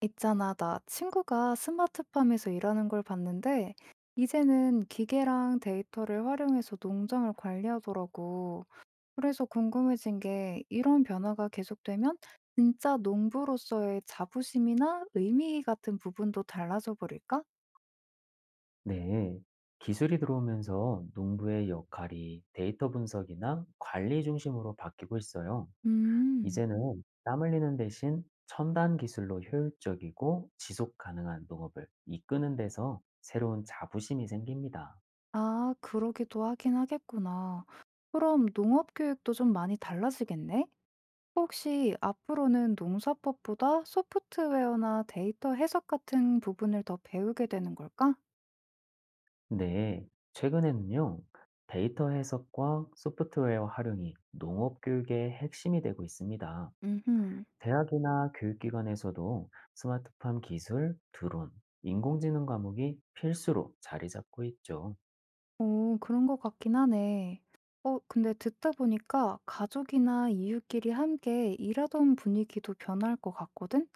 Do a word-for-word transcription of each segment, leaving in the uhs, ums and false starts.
있잖아, 나 친구가 스마트팜에서 일하는 걸 봤는데, 이제는 기계랑 데이터를 활용해서 농장을 관리하더라고. 그래서 궁금해진 게, 이런 변화가 계속되면 진짜 농부로서의 자부심이나 의미 같은 부분도 달라져 버릴까? 네, 기술이 들어오면서 농부의 역할이 데이터 분석이나 관리 중심으로 바뀌고 있어요. 음, 이제는 땀 흘리는 대신 첨단 기술로 효율적이고 지속 가능한 농업을 이끄는 데서 새로운 자부심이 생깁니다. 아, 그러기도 하긴 하겠구나. 그럼 농업 교육도 좀 많이 달라지겠네? 혹시 앞으로는 농사법보다 소프트웨어나 데이터 해석 같은 부분을 더 배우게 되는 걸까? 네, 최근에는요, 데이터 해석과 소프트웨어 활용이 농업 교육의 핵심이 되고 있습니다. 음, 대학이나 교육기관에서도 스마트팜 기술, 드론, 인공지능 과목이 필수로 자리 잡고 있죠. 오, 그런 것 같긴 하네. 어, 근데 듣다 보니까 가족이나 이웃끼리 함께 일하던 분위기도 변할 것 같거든?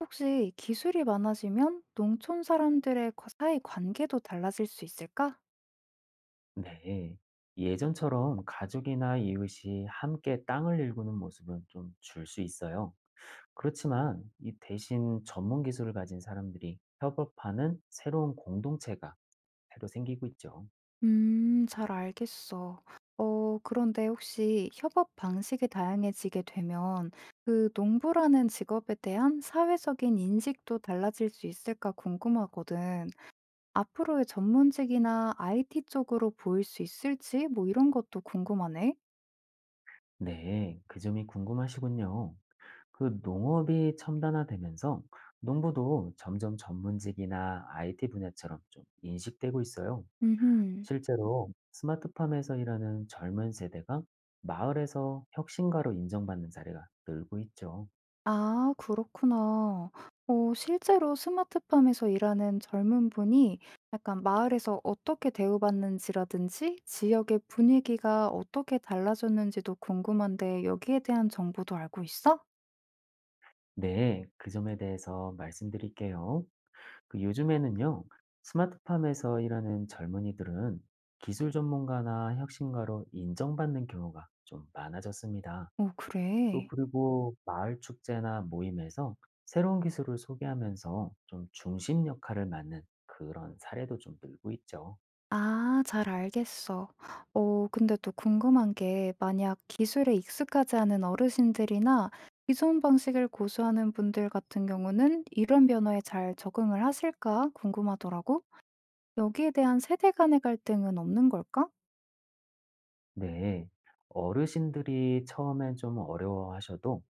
혹시 기술이 많아지면 농촌 사람들의 과- 사이 관계도 달라질 수 있을까? 네. 예전처럼 가족이나 이웃이 함께 땅을 일구는 모습은 좀 줄 수 있어요. 그렇지만 이 대신 전문 기술을 가진 사람들이 협업하는 새로운 공동체가 새로 생기고 있죠. 음, 잘 알겠어. 어, 그런데 혹시 협업 방식이 다양해지게 되면 그 농부라는 직업에 대한 사회적인 인식도 달라질 수 있을까 궁금하거든. 앞으로의 전문직이나 아이티 쪽으로 보일 수 있을지 뭐 이런 것도 궁금하네. 네. 그 점이 궁금하시군요. 그 농업이 첨단화되면서 농부도 점점 전문직이나 아이티 분야처럼 좀 인식되고 있어요. 음. 실제로 스마트팜에서 일하는 젊은 세대가 마을에서 혁신가로 인정받는 사례가 늘고 있죠. 아, 그렇구나. 어, 실제로 스마트팜에서 일하는 젊은 분이 약간 마을에서 어떻게 대우받는지라든지 지역의 분위기가 어떻게 달라졌는지도 궁금한데 여기에 대한 정보도 알고 있어? 네, 그 점에 대해서 말씀드릴게요. 그 요즘에는요, 스마트팜에서 일하는 젊은이들은 기술 전문가나 혁신가로 인정받는 경우가 좀 많아졌습니다. 오, 또 그래. 그리고 마을 축제나 모임에서 새로운 기술을 소개하면서 좀 중심 역할을 맡는 그런 사례도 좀 늘고 있죠. 아, 잘 알겠어. 어, 근데 또 궁금한 게 만약 기술에 익숙하지 않은 어르신들이나 기존 방식을 고수하는 분들 같은 경우는 이런 변화에 잘 적응을 하실까 궁금하더라고. 여기에 대한 세대 간의 갈등은 없는 걸까? 네. 어르신들이 처음엔 좀 어려워하셔도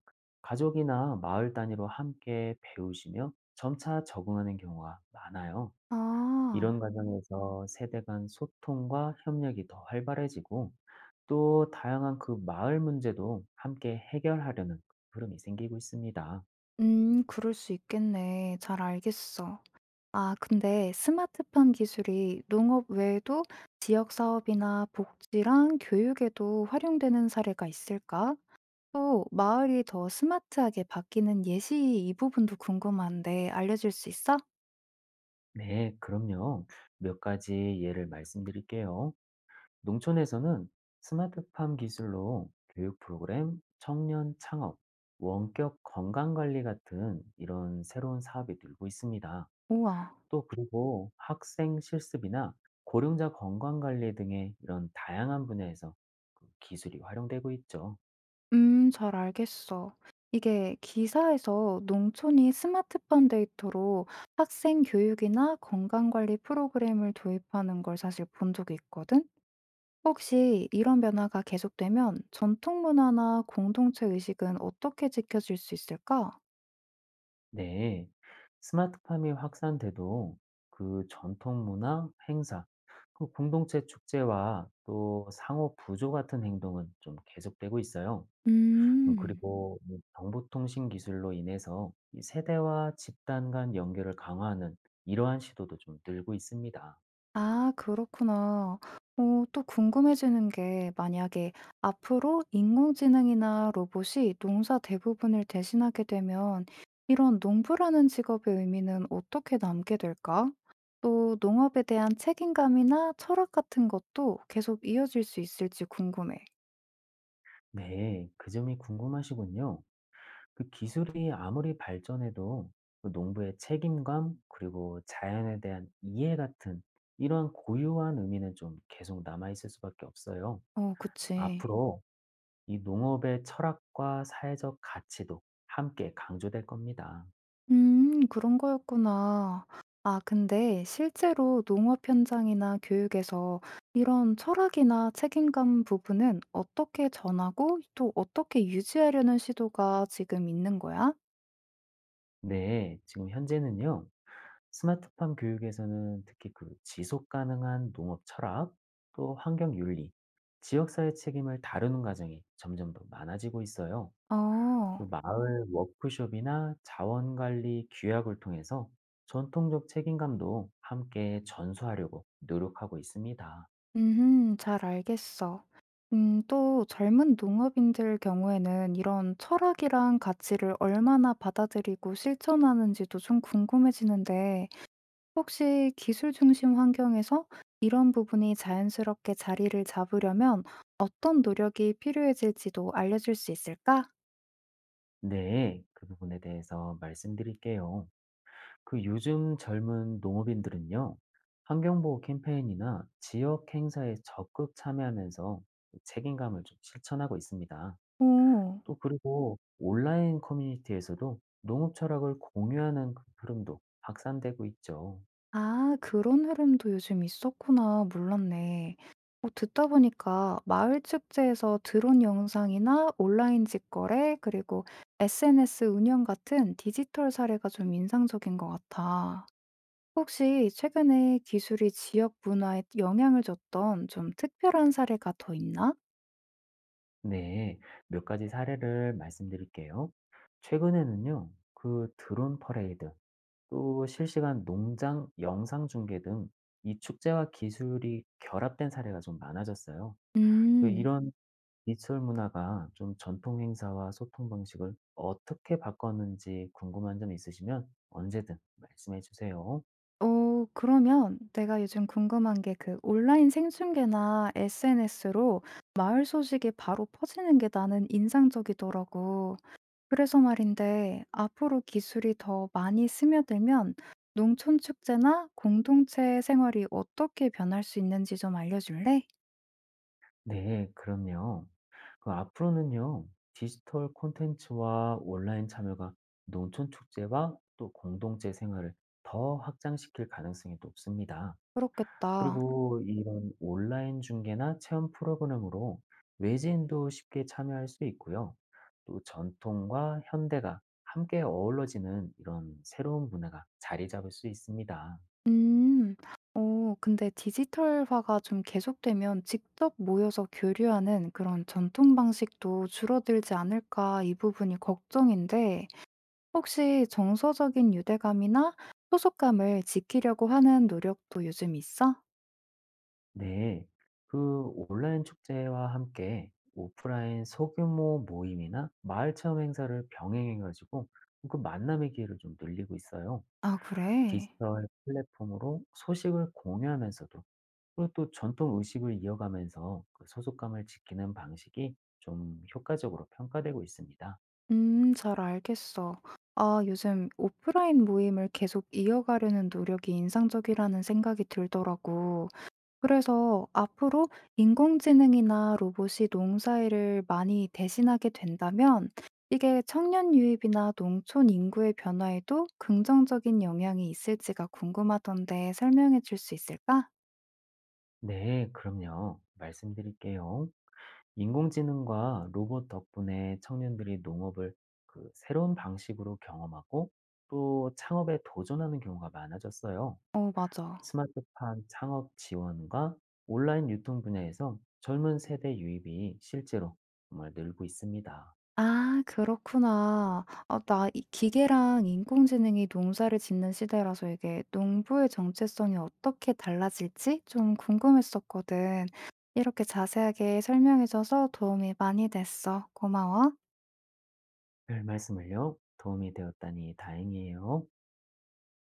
가족이나 마을 단위로 함께 배우시며 점차 적응하는 경우가 많아요. 아. 이런 음, 과정에서 세대 간 소통과 협력이 더 활발해지고 또 다양한 그 마을 문제도 함께 해결하려는 흐름이 생기고 있습니다. 음, 그럴 수 있겠네. 잘 알겠어. 아, 근데 스마트팜 기술이 농업 외에도 지역 사업이나 복지랑 교육에도 활용되는 사례가 있을까? 또 마을이 더 스마트하게 바뀌는 예시 이 부분도 궁금한데 알려줄 수 있어? 네, 그럼요. 몇 가지 예를 말씀드릴게요. 농촌에서는 스마트팜 기술로 교육 프로그램, 청년 창업, 원격 건강관리 같은 이런 새로운 사업이 늘고 있습니다. 우와. 또 그리고 학생 실습이나 고령자 건강관리 등의 이런 다양한 분야에서 그 기술이 활용되고 있죠. 음, 잘 알겠어. 이게 기사에서 농촌이 스마트팜 데이터로 학생 교육이나 건강관리 프로그램을 도입하는 걸 사실 본 적이 있거든? 혹시 이런 변화가 계속되면 전통 문화나 공동체 의식은 어떻게 지켜질 수 있을까? 네, 스마트팜이 확산돼도 그 전통 문화, 행사, 그 공동체 축제와 또 상호 부조 같은 행동은 좀 계속되고 있어요. 음, 음. 그리고 이 정보통신 기술로 인해서 이 세대와 집단 간 연결을 강화하는 이러한 시도도 좀 늘고 있습니다. 아, 그렇구나. 어, 또 궁금해지는 게 만약에 앞으로 인공지능이나 로봇이 농사 대부분을 대신하게 되면 이런 농부라는 직업의 의미는 어떻게 남게 될까? 또 농업에 대한 책임감이나 철학 같은 것도 계속 이어질 수 있을지 궁금해. 네, 그 점이 궁금하시군요. 그 기술이 아무리 발전해도 그 농부의 책임감 그리고 자연에 대한 이해 같은 이러한 고유한 의미는 좀 계속 남아 있을 수밖에 없어요. 어, 그치. 앞으로 이 농업의 철학과 사회적 가치도 함께 강조될 겁니다. 음, 그런 거였구나. 아, 근데 실제로 농업 현장이나 교육에서 이런 철학이나 책임감 부분은 어떻게 전하고 또 어떻게 유지하려는 시도가 지금 있는 거야? 네, 지금 현재는요. 스마트팜 교육에서는 특히 그 지속 가능한 농업 철학, 또 환경 윤리, 지역사회 책임을 다루는 과정이 점점 더 많아지고 있어요. 어, 또 마을 워크숍이나 자원관리 규약을 통해서 전통적 책임감도 함께 전수하려고 노력하고 있습니다. 음, 잘 알겠어. 음, 또 젊은 농업인들 경우에는 이런 철학이란 가치를 얼마나 받아들이고 실천하는지도 좀 궁금해지는데 혹시 기술 중심 환경에서 이런 부분이 자연스럽게 자리를 잡으려면 어떤 노력이 필요해질지도 알려줄 수 있을까? 네, 그 부분에 대해서 말씀드릴게요. 그 요즘 젊은 농업인들은요, 환경보호 캠페인이나 지역 행사에 적극 참여하면서 책임감을 좀 실천하고 있습니다. 오, 또 그리고 온라인 커뮤니티에서도 농업 철학을 공유하는 그 흐름도 확산되고 있죠. 아, 그런 흐름도 요즘 있었구나. 몰랐네. 어, 듣다 보니까 마을 축제에서 드론 영상이나 온라인 직거래, 그리고 에스엔에스 운영 같은 디지털 사례가 좀 인상적인 것 같아. 혹시 최근에 기술이 지역 문화에 영향을 줬던 좀 특별한 사례가 더 있나? 네, 몇 가지 사례를 말씀드릴게요. 최근에는요, 그 드론 퍼레이드, 또 실시간 농장 영상 중계 등 이 축제와 기술이 결합된 사례가 좀 많아졌어요. 그 음. 이런 디지털 문화가 좀 전통 행사와 소통 방식을 어떻게 바꿨는지 궁금한 점 있으시면 언제든 말씀해 주세요. 어, 그러면 내가 요즘 궁금한 게 그 온라인 생중계나 에스엔에스로 마을 소식이 바로 퍼지는 게 나는 인상적이더라고. 그래서 말인데 앞으로 기술이 더 많이 스며들면 농촌 축제나 공동체 생활이 어떻게 변할 수 있는지 좀 알려줄래? 네, 그럼요. 그 앞으로는요, 디지털 콘텐츠와 온라인 참여가 농촌 축제와 또 공동체 생활을 더 확장시킬 가능성이 높습니다. 그렇겠다. 그리고 이런 온라인 중계나 체험 프로그램으로 외지인도 쉽게 참여할 수 있고요. 또 전통과 현대가 함께 어우러지는 이런 새로운 문화가 자리 잡을 수 있습니다. 음. 어, 근데 디지털화가 좀 계속되면 직접 모여서 교류하는 그런 전통 방식도 줄어들지 않을까 이 부분이 걱정인데 혹시 정서적인 유대감이나 소속감을 지키려고 하는 노력도 요즘 있어? 네, 그 온라인 축제와 함께 오프라인 소규모 모임이나 마을 체험 행사를 병행해가지고 그 만남의 기회를 좀 늘리고 있어요. 아, 그래? 디지털 플랫폼으로 소식을 공유하면서도 그리고 또 전통 의식을 이어가면서 그 소속감을 지키는 방식이 좀 효과적으로 평가되고 있습니다. 음, 잘 알겠어. 아, 요즘 오프라인 모임을 계속 이어가려는 노력이 인상적이라는 생각이 들더라고. 그래서 앞으로 인공지능이나 로봇이 농사일을 많이 대신하게 된다면 이게 청년 유입이나 농촌 인구의 변화에도 긍정적인 영향이 있을지가 궁금하던데 설명해 줄 수 있을까? 네, 그럼요. 말씀드릴게요. 인공지능과 로봇 덕분에 청년들이 농업을 그 새로운 방식으로 경험하고 또 창업에 도전하는 경우가 많아졌어요. 어, 맞아. 스마트팜 창업 지원과 온라인 유통 분야에서 젊은 세대 유입이 실제로 정말 늘고 있습니다. 아, 그렇구나. 아, 나 이 기계랑 인공지능이 농사를 짓는 시대라서 이게 농부의 정체성이 어떻게 달라질지 좀 궁금했었거든. 이렇게 자세하게 설명해 줘서 도움이 많이 됐어. 고마워. 별 말씀을요. 도움이 되었다니 다행이에요.